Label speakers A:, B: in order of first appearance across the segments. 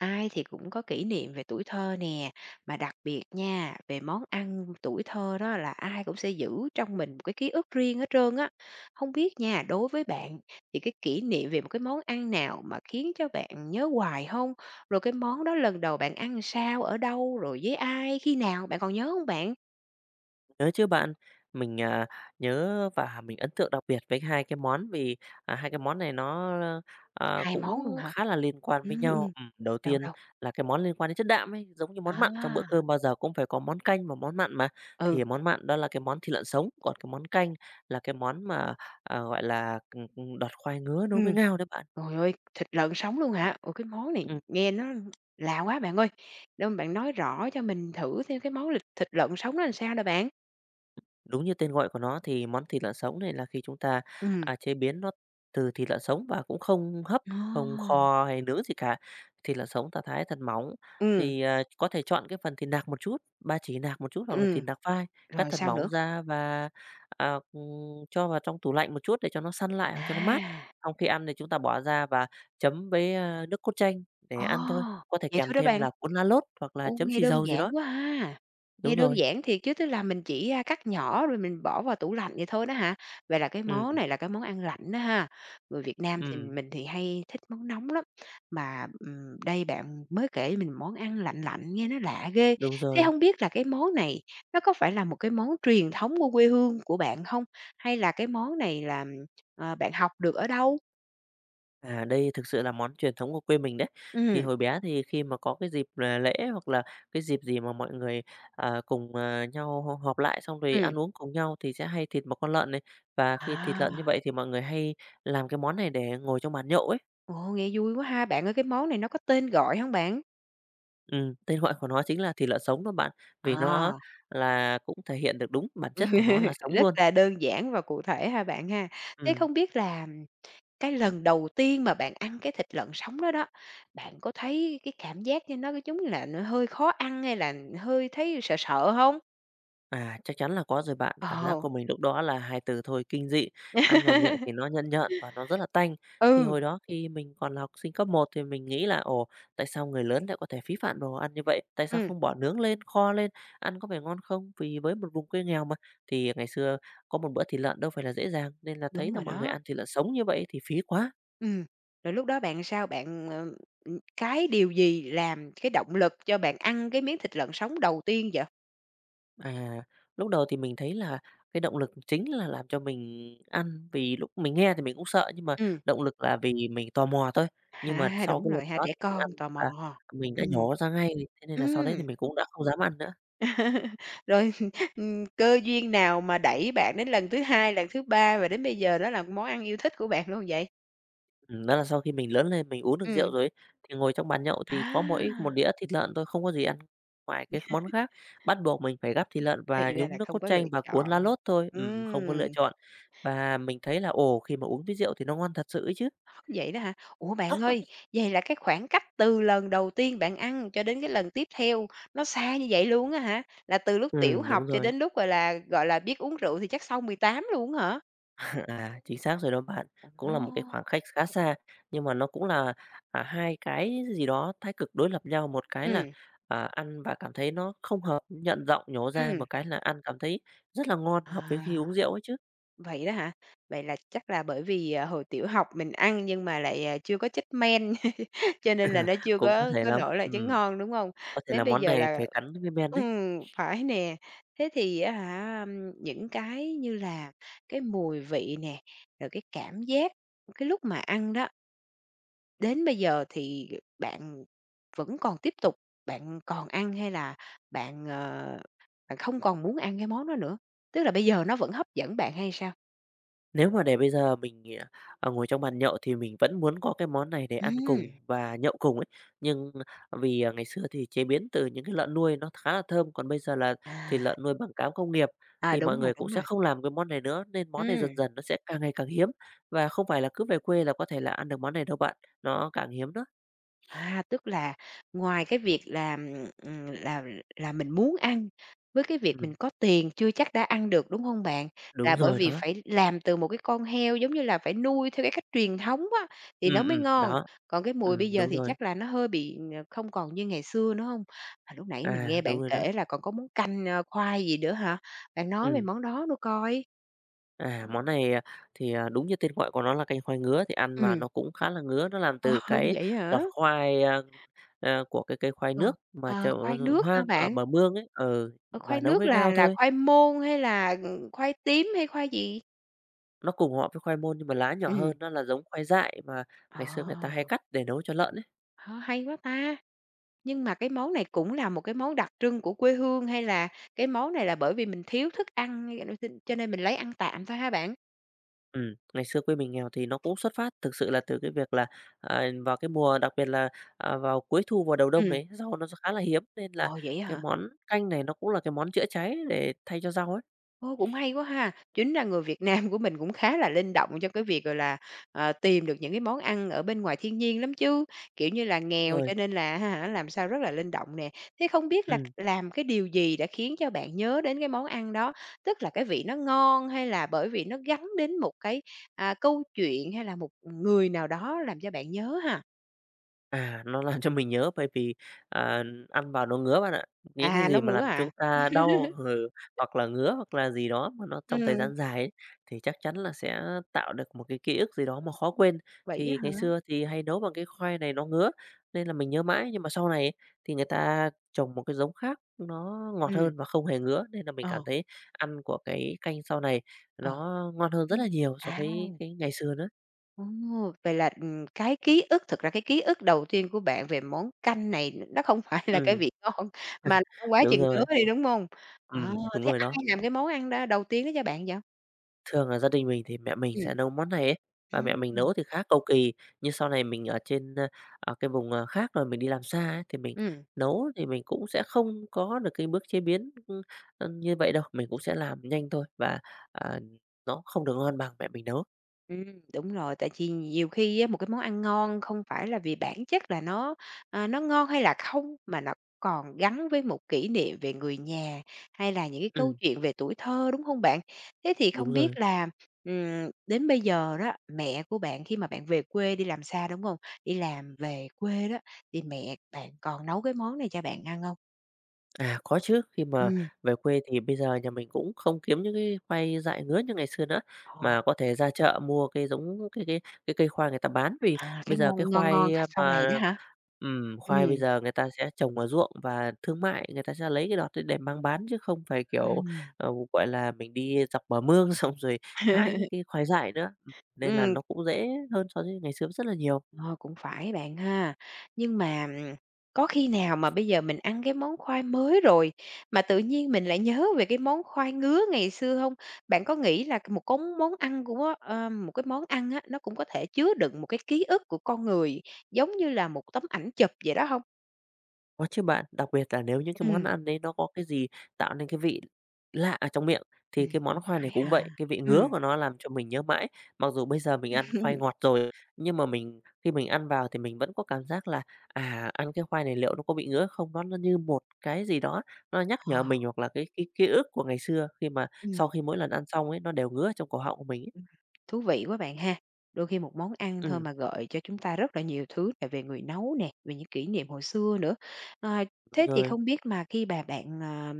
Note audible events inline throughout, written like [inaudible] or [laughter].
A: Ai thì cũng có kỷ niệm về tuổi thơ nè, mà đặc biệt nha, về món ăn tuổi thơ đó là ai cũng sẽ giữ trong mình một cái ký ức riêng hết trơn á. Không biết nha, đối với bạn thì cái kỷ niệm về một cái món ăn nào mà khiến cho bạn nhớ hoài không? Rồi cái món đó lần đầu bạn ăn sao, ở đâu, rồi với ai, khi nào, bạn còn nhớ không bạn?
B: Nhớ chứ bạn, mình, nhớ và mình ấn tượng đặc biệt với hai cái món hai cái món này nó
A: Hai món luôn
B: cũng
A: hả?
B: khá là liên
A: [laughs]
B: quan với
A: Ừm,
B: nhau.
A: ừm,
B: Ừm, đầu
A: đâu,
B: tiên
A: đâu?
B: là cái món liên quan đến chất đạm ấy, giống như món mặn trong bữa
A: À,
B: cơm bao giờ cũng phải có món canh và món mặn mà,
A: ừ,
B: thì món mặn đó là cái món thịt lợn sống, còn cái món canh là cái món mà, ờ, gọi là, đọt khoai ngứa nấu với
A: ừm.
B: ngao đấy bạn.
A: Trời ơi, thịt lợn sống luôn hả? Ủa, cái món này
B: Ừm.
A: nghe nó lạ quá bạn ơi. Đâu mà bạn nói rõ cho mình thử thêm cái món lịch thịt lợn sống nó làm sao nè bạn?
B: Đúng như tên gọi của nó thì món thịt lợn sống này là khi chúng ta,
A: Ừ.
B: à, chế biến nó từ thịt lợn sống và cũng không hấp,
A: Ờ.
B: không kho hay nướng gì cả. Thịt lợn sống ta thái thật mỏng,
A: Ừ.
B: có thể chọn cái phần thịt nạc một chút, ba chỉ nạc một chút hoặc là thịt
A: Ừm,
B: nạc vai, cắt
A: rồi
B: thật
A: sao
B: mỏng
A: nữa?
B: ra và cho vào trong tủ lạnh một chút để cho nó săn lại hoặc cho nó mát.
A: À,
B: Xong khi ăn thì chúng ta bỏ ra và chấm với nước cốt chanh để
A: ồ,
B: ăn thôi, có thể
A: vậy
B: kèm
A: thôi đó
B: thêm
A: bạn?
B: là cuốn lá lốt hoặc là
A: Ô,
B: chấm
A: nghe
B: xì
A: đơn
B: dầu gì
A: giản
B: đó.
A: quá ha! Nghe
B: Đúng
A: đơn
B: rồi,
A: giản thiệt chứ, tức là mình chỉ, cắt nhỏ rồi mình bỏ vào tủ lạnh vậy thôi đó hả? Vậy là cái món
B: ừm,
A: này là cái món ăn lạnh đó ha. Người Việt Nam thì
B: ừm,
A: mình thì hay thích món nóng lắm, mà, đây bạn mới kể mình món ăn lạnh lạnh nghe nó lạ ghê.
B: đúng
A: Thế
B: rồi.
A: không biết là cái món này nó có phải là một cái món truyền thống của quê hương của bạn không? Hay là cái món này là, bạn học được ở đâu?
B: À, đây thực sự là món truyền thống của quê mình đấy. Thì
A: Ừm,
B: hồi bé thì khi mà có cái dịp là lễ hoặc là cái dịp gì mà mọi người cùng nhau họp lại xong rồi
A: ừm.
B: ăn uống cùng nhau thì sẽ hay thịt một con lợn này. Và khi thịt lợn như
A: À,
B: vậy thì mọi người hay làm cái món này để ngồi trong bàn nhậu ấy.
A: ồ, nghe vui quá ha! Bạn ơi, cái món này nó có tên gọi không bạn?
B: Tên gọi của nó chính là thịt lợn sống đó bạn, vì nó
A: À,
B: là cũng thể hiện được đúng bản chất của nó là
A: [laughs]
B: sống
A: rất
B: luôn.
A: là đơn giản và cụ thể ha bạn ha. Thế
B: Ừm.
A: không biết là cái lần đầu tiên mà bạn ăn cái thịt lợn sống đó đó, bạn có thấy cái cảm giác như nó cái giống như là nó hơi khó ăn hay là hơi thấy sợ sợ không?
B: À, chắc chắn là có rồi bạn. Cảm giác
A: Ồ.
B: của mình lúc đó là hai từ thôi, kinh dị. Ăn vào miệng thì nó nhợn
A: [laughs]
B: nhợn và nó rất là tanh. Thì
A: Ừ,
B: hồi đó khi mình còn là học sinh cấp một thì mình nghĩ là "Ồ, tại sao người lớn lại có thể phí phạm đồ ăn như vậy? Tại sao
A: ừm,
B: không bỏ nướng lên, kho lên, ăn có vẻ ngon không?" Vì với một vùng quê nghèo mà, thì ngày xưa có một bữa thịt lợn đâu phải là dễ dàng, nên là thấy
A: đúng
B: là
A: rồi
B: mọi người
A: đó.
B: ăn thịt lợn sống như vậy thì phí quá.
A: Ừ. Rồi lúc đó bạn sao? Bạn, cái điều gì làm cái động lực cho bạn ăn cái miếng thịt lợn sống đầu tiên vậy?
B: À, lúc đầu thì mình thấy là cái động lực chính là làm cho mình ăn, vì lúc mình nghe thì mình cũng sợ, nhưng mà
A: Ừ.
B: động lực là vì mình tò mò thôi. Nhưng mà
A: Ha,
B: sau
A: đúng
B: cái lần
A: rồi ha,
B: đó
A: trẻ
B: thì mình
A: con
B: ăn
A: tò
B: và
A: mò.
B: mình đã
A: Ừ.
B: nhổ ra ngay, thế nên là sau đấy thì
A: Ừm.
B: mình cũng đã không dám ăn nữa.
A: [laughs] Rồi, [laughs] cơ duyên nào mà đẩy bạn đến lần thứ hai, lần thứ ba và đến bây giờ đó là món ăn yêu thích của bạn luôn vậy?
B: Đó là sau khi mình lớn lên, mình uống được rượu
A: Ừ.
B: rồi ấy, thì ngồi trong bàn nhậu thì có mỗi một
A: À,
B: đĩa thịt lợn thôi, không có gì ăn ngoài cái món khác. Bắt buộc mình phải gắp thịt lợn và
A: thì ra
B: nhúng
A: là
B: nước cốt
A: không có lựa
B: chanh và cuốn lá
A: chọn.
B: lốt thôi, không có lựa
A: Ừm,
B: chọn. Và mình thấy là, ồ, khi mà uống với rượu thì nó ngon thật sự ấy chứ.
A: vậy đó hả? Ủa, bạn ơi, vậy là cái khoảng cách từ lần đầu tiên bạn ăn cho đến cái lần tiếp theo nó xa như vậy luôn á hả? Là từ lúc
B: Ừ
A: tiểu học
B: đúng
A: cho
B: rồi.
A: đến lúc, gọi là, biết uống rượu thì chắc sau 18 luôn hả?
B: [laughs] À, chính xác rồi đó bạn. Cũng là một cái
A: Ồ!
B: khoảng cách khá xa, nhưng mà nó cũng là hai cái gì đó thái cực đối lập nhau. Một cái là,
A: Ừ.
B: à, ăn và cảm thấy nó không hợp, nhận giọng nhổ ra,
A: Ừm.
B: một cái là ăn cảm thấy rất là ngon, hợp với khi uống
A: À.
B: rượu ấy chứ.
A: Vậy đó hả? Vậy là chắc là bởi vì, hồi tiểu học mình ăn nhưng mà lại, chưa có chất men, [laughs] cho nên là nó chưa
B: Cũng
A: có có nổi lại tiếng ngon, đúng không?
B: có thể
A: Thế
B: là
A: bây
B: món
A: giờ
B: này
A: là
B: phải cắn với men đấy.
A: ừm, phải nè. Thế thì á hả, những cái như là cái mùi vị nè, rồi cái cảm giác cái lúc mà ăn đó, đến bây giờ thì bạn vẫn còn tiếp tục, bạn còn ăn hay là bạn, bạn không còn muốn ăn cái món đó nữa? Tức là bây giờ nó vẫn hấp dẫn bạn hay sao?
B: Nếu mà để bây giờ mình ngồi trong bàn nhậu thì mình vẫn muốn có cái món này để ăn
A: Ừm.
B: cùng và nhậu cùng ấy, nhưng vì ngày xưa thì chế biến từ những cái lợn nuôi nó khá là thơm, còn bây giờ là
A: À,
B: thịt lợn nuôi bằng cám công nghiệp
A: à,
B: thì mọi
A: đúng rồi,
B: người cũng
A: đúng
B: sẽ
A: rồi.
B: không làm cái món này nữa, nên món này dần
A: Ừm,
B: dần nó sẽ càng ngày càng hiếm và không phải là cứ về quê là có thể là ăn được món này đâu bạn, nó càng hiếm đó.
A: à, tức là ngoài cái việc là mình muốn ăn, với cái việc
B: Ừm,
A: mình có tiền chưa chắc đã ăn được, đúng hông bạn?
B: đúng
A: Là bởi
B: rồi
A: vì
B: đó.
A: phải làm từ một cái con heo, giống như là, phải nuôi theo cái cách truyền thống á, thì nó mới ngon,
B: Đó,
A: còn cái mùi bây giờ
B: đúng
A: thì
B: rồi.
A: chắc là nó hơi bị, không còn như ngày xưa nữa hông? Mà lúc nãy mình
B: À,
A: nghe
B: đúng
A: bạn
B: rồi đó.
A: kể là còn có món canh, khoai gì nữa hả? Bạn nói về
B: Ừm.
A: món đó nữa coi.
B: À, món này đúng như tên gọi của nó là canh khoai ngứa thì ăn vào
A: Ừm.
B: nó cũng khá là ngứa, nó làm
A: Ờ,
B: từ
A: [laughs]
B: cái
A: vậy
B: đọt
A: hả?
B: khoai của cái cây khoai
A: Ờ,
B: nước mà
A: ờ,
B: trồng
A: khoai nước hả
B: hoang ở
A: bạn?
B: bờ mương ấy,
A: Ờ,
B: và
A: khoai
B: nấu
A: nước
B: với
A: là
B: ngao
A: là
B: thôi.
A: khoai môn hay là, khoai tím hay khoai gì?
B: Nó cùng họ với khoai môn nhưng mà lá nhỏ
A: Ừm.
B: hơn, nó là giống khoai dại mà ngày xưa người ta hay
A: Ờ,
B: cắt để nấu cho lợn ấy.
A: ha, hay quá ta! Nhưng mà cái món này cũng là một cái món đặc trưng của quê hương hay là cái món này là bởi vì mình thiếu thức ăn [unintelligible] cho nên mình lấy ăn tạm thôi hả bạn?
B: Ngày xưa quê mình nghèo thì nó cũng xuất phát thực sự là từ cái việc là vào cái mùa đặc biệt là vào cuối thu vào đầu đông
A: Ừm.
B: đấy rau nó khá là hiếm nên là
A: Ồ, vậy á
B: cái
A: hả?
B: món canh này nó cũng là cái món chữa cháy để thay cho rau ấy.
A: Ô, cũng hay quá ha! Chính ra người Việt Nam của mình cũng khá là linh động trong cái việc, gọi là, tìm được những cái món ăn ở bên ngoài thiên nhiên lắm chứ, kiểu như là,
B: Đúng
A: nghèo
B: rồi,
A: cho nên là á hả, làm sao rất là linh động nè. Thế không biết là
B: ừm,
A: làm cái điều gì đã khiến cho bạn nhớ đến cái món ăn đó? Tức là cái vị nó ngon hay là bởi vì nó gắn đến một cái, câu chuyện hay là một người nào đó làm cho bạn nhớ ha?
B: nó làm cho mình nhớ bởi vì, à, ăn vào nó ngứa bạn ạ. Những cái
A: À,
B: gì
A: nó
B: mà
A: ngứa
B: làm chúng
A: à?
B: ta đau, hoặc là ngứa hoặc là gì đó mà nó trong thời
A: Ừm,
B: gian dài ấy, thì chắc chắn là sẽ tạo được một cái ký ức gì đó mà khó quên.
A: vậy á
B: Thì ngày
A: hả?
B: xưa thì hay nấu bằng cái khoai này nó ngứa, nên là mình nhớ mãi, nhưng mà sau này ấy, thì người ta trồng một cái giống khác nó ngọt
A: Ừ.
B: hơn và không hề ngứa, nên là mình cảm
A: Ờ,
B: thấy ăn của cái canh sau này
A: ờ.
B: nó ngon hơn rất là
A: Ừm,
B: nhiều so
A: à.
B: với cái ngày xưa nữa.
A: Ồ, vậy là, cái ký ức thực ra cái ký ức đầu tiên của bạn về món canh này nó không [laughs] phải là cái
B: Ừm,
A: vị ngon mà là nó quá
B: đúng
A: chừng ngứa
B: rồi.
A: đi, đúng hông? Ờ,
B: Đúng
A: thế
B: rồi đó.
A: ai làm cái món ăn đó đầu tiên đó cho bạn vậy?
B: Thường là gia đình mình thì mẹ mình
A: Ừm,
B: sẽ nấu món này ấy, và mẹ
A: ừm,
B: mình nấu thì khá cầu kỳ, nhưng sau này mình ở trên ở cái vùng khác rồi mình đi làm xa ấy, thì mình
A: ừm.
B: nấu thì mình cũng sẽ không có được cái bước chế biến, ưm, ưm, như vậy đâu, mình cũng sẽ làm nhanh thôi và, à, nó không được ngon bằng mẹ mình nấu.
A: Đúng rồi, tại vì nhiều khi á, một cái món ăn ngon không phải là vì bản chất là nó ngon hay là không, mà nó còn gắn với một kỷ niệm về người nhà, hay là những cái câu
B: Ừm,
A: chuyện về tuổi thơ, đúng không bạn? Thế thì
B: đúng
A: không
B: rồi.
A: biết là, đến bây giờ đó, mẹ của bạn khi mà bạn về quê đi làm xa, đúng không? Đi làm về quê đó, thì mẹ bạn còn nấu cái món này cho bạn ăn không?
B: À, có chứ, khi mà
A: Ừm,
B: về quê thì bây giờ nhà mình cũng không kiếm những cái khoai dại ngứa như ngày xưa nữa,
A: ồ,
B: mà có thể ra chợ mua cái giống cái cây khoai người ta bán. Vì
A: à,
B: bây
A: cái
B: giờ cái
A: ngon ngon ngon
B: khoai, a,
A: sau này
B: mà
A: đó hả?
B: khoai
A: Ừm,
B: bây giờ người ta sẽ trồng ở ruộng và thương mại, người ta sẽ lấy cái đọt đấy để mang bán chứ không phải, kiểu,
A: ừm.
B: ờ, gọi là, mình đi dọc bờ mương [laughs] xong rồi hái những
A: [laughs]
B: cái khoai dại nữa. Nên là nó
A: [laughs]
B: cũng dễ hơn so với ngày xưa rất là nhiều.
A: Ờ, cũng phải bạn ha. Nhưng mà, có khi nào mà bây giờ mình ăn cái món khoai mới rồi, mà tự nhiên mình lại nhớ về cái món khoai ngứa ngày xưa không? Bạn có nghĩ là một cống món ăn của á, một cái món ăn á, nó cũng có thể chứa đựng một cái ký ức của con người, giống như là một tấm ảnh chụp vậy đó không?
B: Có chứ bạn, đặc biệt là nếu những cái món
A: Ừm,
B: ăn đấy nó có cái gì tạo nên cái vị lạ ở trong miệng, thì cái món
A: cũng
B: khoai này
A: phải
B: cũng
A: ha.
B: vậy, cái vị ngứa
A: Ừm,
B: của nó làm cho mình nhớ mãi. Mặc dù bây giờ mình ăn khoai ngọt rồi, nhưng mà mình khi mình ăn vào thì mình vẫn có cảm giác là ăn cái khoai này liệu nó có bị ngứa không? Nó như một cái gì đó, nó nhắc nhở
A: ờ,
B: mình hoặc là cái ký ức của ngày xưa khi mà sau
A: ừm.
B: khi mỗi lần ăn xong ấy, nó đều ngứa ở trong cổ họng của mình ấy.
A: Ừm, thú vị quá bạn ha. Đôi khi một món ăn thôi
B: Ừm,
A: mà gợi cho chúng ta rất là nhiều thứ là về người nấu nè, về những kỷ niệm hồi xưa nữa. Ờ,
B: đúng
A: thế thì
B: rồi.
A: không biết mà khi bà bạn,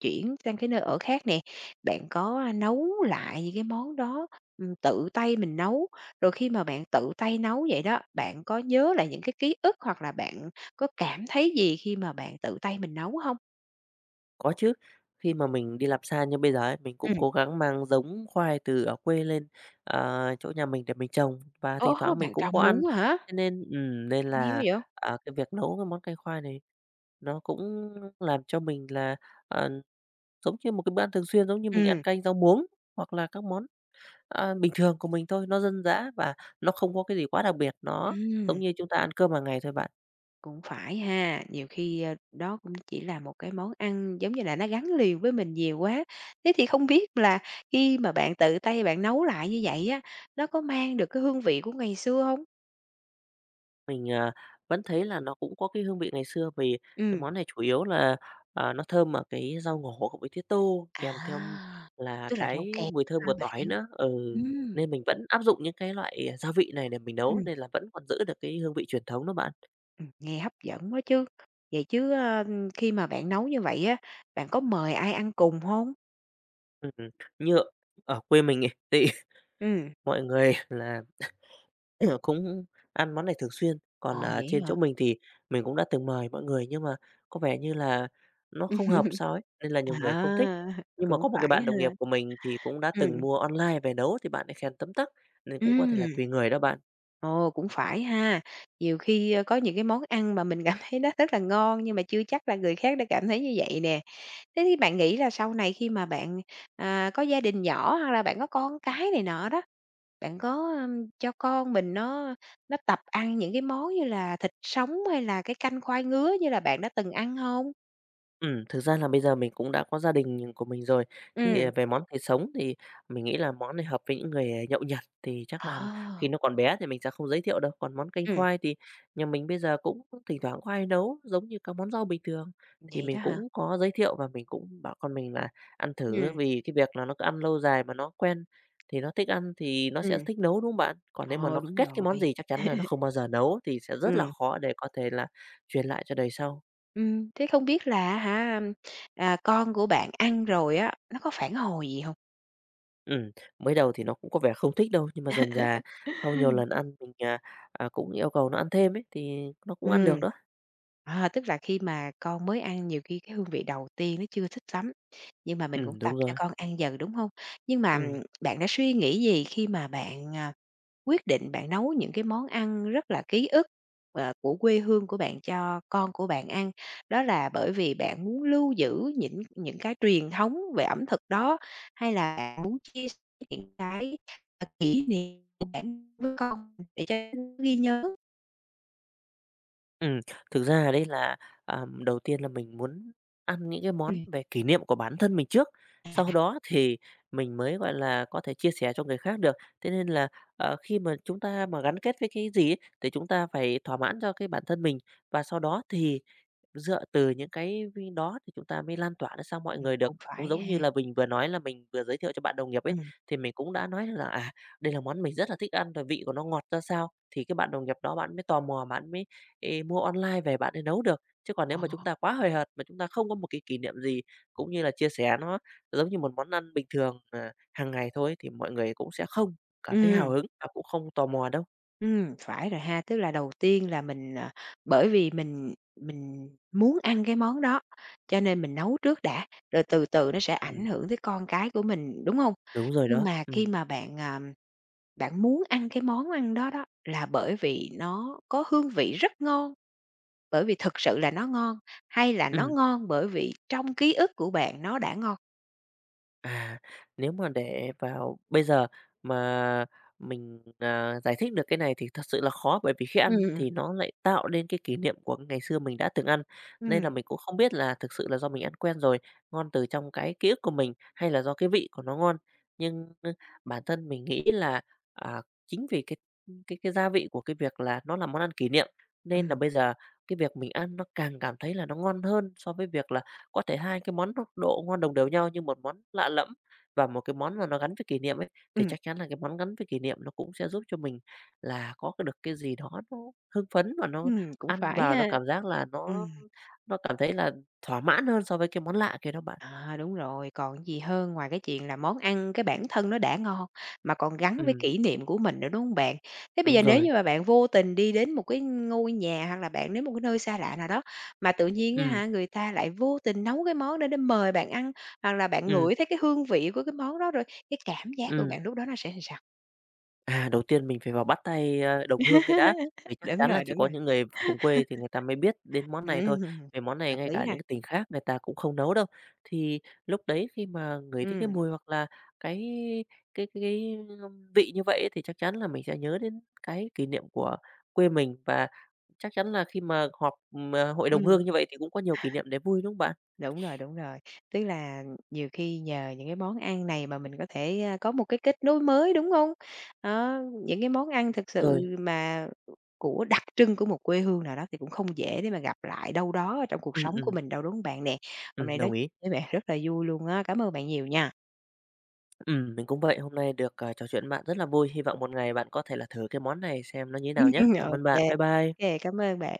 A: chuyển sang cái nơi ở khác nè, bạn có, nấu lại những cái món đó, tự tay mình nấu, rồi khi mà bạn tự tay nấu vậy đó, bạn có nhớ lại những cái ký ức hoặc là bạn có cảm thấy gì khi mà bạn tự tay mình nấu không?
B: Có chứ, khi mà mình đi làm xa như bây giờ ấy, mình cũng
A: Ừm,
B: cố gắng mang giống khoai từ ở quê lên, chỗ nhà mình để mình trồng và thỉnh
A: ô,
B: thoảng mình
A: bạn
B: cũng
A: trồng
B: có ăn.
A: luôn á hả?
B: Thế nên nên
A: Hay quá
B: là,
A: vậy!
B: à, cái việc nấu cái món canh khoai này nó cũng làm cho mình là, ờ, giống như một cái bữa ăn thường xuyên, giống như mình ăn
A: Ừm,
B: canh rau muống hoặc là các món bình thường của mình thôi, nó dân dã và nó không có cái gì quá đặc biệt, nó giống
A: ừm.
B: như chúng ta ăn cơm hàng ngày thôi bạn.
A: Cũng phải ha, nhiều khi, đó cũng chỉ là một cái món ăn, giống như là, nó gắn liền với mình nhiều quá. Thế thì không biết là khi mà bạn tự tay bạn nấu lại như vậy á, nó có mang được cái hương vị của ngày xưa không?
B: Mình vẫn thấy là nó cũng có cái hương vị ngày xưa vì cái
A: Ừm.
B: món này chủ yếu là nó thơm ở cái rau ngổ cộng với tía tô kèm theo
A: À,
B: là
A: tức là rau
B: cái
A: kèo
B: mùi thơm
A: hả
B: của
A: bạn?
B: tỏi nữa. Ừ,
A: Ừm.
B: nên mình vẫn áp dụng những cái loại gia vị này để mình nấu
A: Ừm,
B: nên là vẫn còn giữ được cái hương vị truyền thống đó bạn.
A: nghe hấp dẫn quá chứ. Vậy chứ, khi mà bạn nấu như vậy á, bạn có mời ai ăn cùng không?
B: Ừm, như ở ở quê mình ấy thì [laughs]
A: Ừm.
B: mọi người là [laughs] Ừ, cũng ăn món này thường xuyên, còn,
A: Ồ,
B: à,
A: vậy
B: trên chỗ
A: hả?
B: mình thì mình cũng đã từng mời mọi người nhưng mà có vẻ như là nó không hợp
A: [laughs]
B: sao ấy, nên là nhiều người không thích.
A: À,
B: Nhưng mà
A: cũng
B: có một cái
A: phải
B: bạn đồng nghiệp
A: ha.
B: của mình thì cũng đã
A: Ừm,
B: từng mua online về nấu thì bạn ấy khen tấm tắc, nên cũng có thể là
A: ừm.
B: tùy người đó bạn.
A: Ồ, cũng phải ha. Nhiều khi, có những cái món ăn mà mình [laughs] cảm thấy nó rất là ngon nhưng mà chưa chắc là người khác đã cảm thấy như vậy nè. Thế thì bạn nghĩ là sau này khi mà bạn, có gia đình nhỏ hoặc là bạn có con cái này nọ đó, bạn có, cho con mình nó tập ăn những cái món như là thịt sống hay là cái canh khoai ngứa như là bạn đã từng ăn không?
B: Thực ra là bây giờ mình cũng đã có gia đình của mình rồi, thì, à,
A: Ừ.
B: về món thịt sống thì mình nghĩ là món này hợp với những người, à, nhậu nhặt thì chắc là khi
A: Ồ.
B: nó còn bé thì mình sẽ không giới thiệu đâu. Còn món canh
A: Ừ,
B: khoai thì nhà mình bây giờ cũng thỉnh thoảng có hay nấu, giống như các món rau bình thường, thì
A: vậy
B: mình
A: đó hả?
B: cũng có giới thiệu và mình cũng bảo con mình là ăn thử
A: Ừ.
B: vì cái việc là nó cứ ăn lâu dài mà nó quen, thì nó thích ăn thì nó sẽ
A: Ừm.
B: thích nấu, đúng không bạn? Còn nếu mà nó
A: Ờ, đúng
B: ghét cái
A: rồi.
B: món gì chắc chắn là nó không bao giờ nấu, thì sẽ rất là
A: Ừ.
B: khó để có thể là truyền lại cho đời sau.
A: Thế không biết là á hả, con của bạn ăn rồi á, nó có phản hồi gì hông?
B: Ừ, mới đầu thì nó cũng có vẻ không thích đâu, nhưng mà dần dà sau nhiều lần
A: [laughs]
B: ăn mình, cũng yêu cầu nó ăn thêm ấy, thì nó cũng ăn
A: Ừm.
B: được đó.
A: À, tức là khi mà con mới ăn nhiều khi cái hương vị đầu tiên nó chưa thích lắm, nhưng mà
B: Ừ,
A: mình cũng tập
B: đúng
A: cho
B: rồi.
A: con ăn dần, đúng không? Nhưng mà,
B: Ừ,
A: ừm, bạn đã suy nghĩ gì khi mà bạn, quyết định bạn nấu những cái món ăn rất là ký ức, của quê hương của bạn cho con của bạn ăn? Đó là bởi vì bạn muốn lưu giữ những cái truyền thống về ẩm thực đó, hay là bạn muốn chia sẻ những cái, kỷ niệm của bạn với con để cho nó ghi nhớ?
B: ừm, thực ra đấy là, à, đầu tiên là mình muốn ăn những cái món
A: Ừm,
B: về kỷ niệm của bản thân mình trước, sau
A: à,
B: đó thì mình mới, gọi là, có thể chia sẻ cho người khác được. Thế nên là, ờ, khi mà chúng ta mà gắn kết với cái gì ấy, thì chúng ta phải thỏa mãn cho cái bản thân mình và sau đó thì dựa từ những cái vi đó thì chúng ta mới lan tỏa nó sang mọi người được.
A: cũng
B: Cũng
A: phải
B: giống
A: ha.
B: như là mình vừa nói là mình vừa giới thiệu cho bạn đồng nghiệp ấy,
A: Ừm,
B: thì mình cũng đã nói là, à, đây là món mình rất là thích ăn và vị của nó ngọt ra sao, thì cái bạn đồng nghiệp đó bạn mới tò mò, bạn mới, ê, mua online về bạn để nấu được. Chứ còn nếu
A: ờ,
B: mà chúng ta quá hời hợt mà chúng ta không có một cái kỷ niệm gì, cũng như là chia sẻ nó giống như một món ăn bình thường, à, hàng ngày thôi thì mọi người cũng sẽ không cảm thấy hào
A: ừm.
B: hứng và cũng không tò mò đâu.
A: Phải rồi ha. Tức là đầu tiên là mình, bởi vì mình muốn ăn cái món đó, cho nên mình nấu trước đã, rồi từ từ nó sẽ
B: Ừm,
A: ảnh hưởng tới con cái của mình, đúng không?
B: đúng rồi
A: Nhưng
B: đó.
A: mà
B: Ừ,
A: khi mà bạn muốn ăn cái món ăn đó đó là bởi vì nó có hương vị rất ngon, bởi vì thực sự là nó ngon, hay là nó
B: ừ.
A: ngon bởi vì trong ký ức của bạn nó đã ngon?
B: À, nếu mà để vào bây giờ mà mình, à, giải thích được cái này thì thật sự là khó, bởi vì khi
A: Ừm,
B: ăn
A: ừm,
B: thì nó lại tạo nên cái kỷ niệm của ngày xưa mình đã từng ăn, nên là
A: ừm,
B: mình cũng không biết là thực sự là do mình ăn quen rồi, ngon từ trong cái ký ức của mình hay là do cái vị của nó ngon. Nhưng, ơ, bản thân mình nghĩ là, à, chính vì cái gia vị của cái việc là nó là món ăn kỷ niệm, nên là
A: ừm,
B: bây giờ cái việc mình ăn nó càng cảm thấy là nó ngon hơn so với việc là có thể hai cái món nó độ ngon đồng đều nhau nhưng một món lạ lẫm và một cái món mà nó gắn với kỷ niệm ấy, thì
A: ừm,
B: chắc chắn là cái món gắn với kỷ niệm nó cũng sẽ giúp cho mình là có cái được cái gì đó nó hưng phấn và nó
A: cũng
B: ăn
A: phải
B: vào nó
A: ha.
B: cảm giác là nó
A: Ừm.
B: nó cảm thấy là thỏa mãn hơn so với cái món lạ kia đó bạn.
A: À, đúng rồi, còn gì hơn ngoài cái chuyện là món ăn cái bản thân nó đã ngon, mà còn gắn với
B: Ừm,
A: kỷ niệm của mình nữa, đúng không bạn? Thế bây
B: đúng
A: giờ nếu
B: rồi.
A: như mà bạn vô tình đi đến một cái ngôi nhà hoặc là bạn đến một cái nơi xa lạ nào đó, mà tự nhiên á
B: Ừ,
A: hả, người ta lại vô tình nấu cái món đó để mời bạn ăn, hoặc là bạn
B: ừ,
A: ngửi thấy cái hương vị của cái món đó rồi, cái cảm giác của
B: ừ.
A: bạn lúc đó nó sẽ làm sao?
B: À, đầu tiên mình phải vào bắt tay, ơ, đồng hương cái đã, vì
A: [laughs]
B: chắc
A: Đúng
B: chắn là
A: rồi,
B: chỉ
A: đúng
B: có
A: rồi.
B: những người cùng
A: [laughs]
B: quê thì người ta mới biết đến món này thôi.
A: Ừm,
B: Về món này
A: hợp
B: ngay
A: lý
B: cả
A: ha.
B: những cái tỉnh khác người ta cũng không nấu đâu. Thì lúc đấy khi mà ngửi thấy cái
A: Ừ.
B: mùi hoặc là cái cái vị như vậy ấy, thì chắc chắn là mình sẽ nhớ đến cái kỷ niệm của quê mình. Và chắc chắn là khi mà họp, ờ, hội đồng
A: Ừ.
B: hương như vậy thì cũng có nhiều kỷ niệm để vui, đúng không bạn?
A: Đúng rồi, đúng rồi. Tức là nhiều khi nhờ những cái món ăn này mà mình có thể, có một cái kết nối mới, đúng không? Đó, những cái món ăn thực sự
B: Rồi,
A: mà của đặc trưng của một quê hương nào đó thì cũng không dễ để mà gặp lại đâu đó ở trong cuộc
B: ừm,
A: sống của
B: ừm,
A: mình đâu, đúng không bạn nè? Hôm nay nói
B: đồng ý.
A: chuyện với bạn rất là vui luôn á, cảm ơn bạn nhiều nha.
B: Mình cũng vậy. Hôm nay được, à, trò chuyện với bạn rất là vui. Hy vọng một ngày bạn có thể là thử cái món này xem nó như thế nào nhá.
A: [laughs]
B: Cảm ơn
A: OK,
B: bạn. Bye bye.
A: OK, cảm ơn bạn.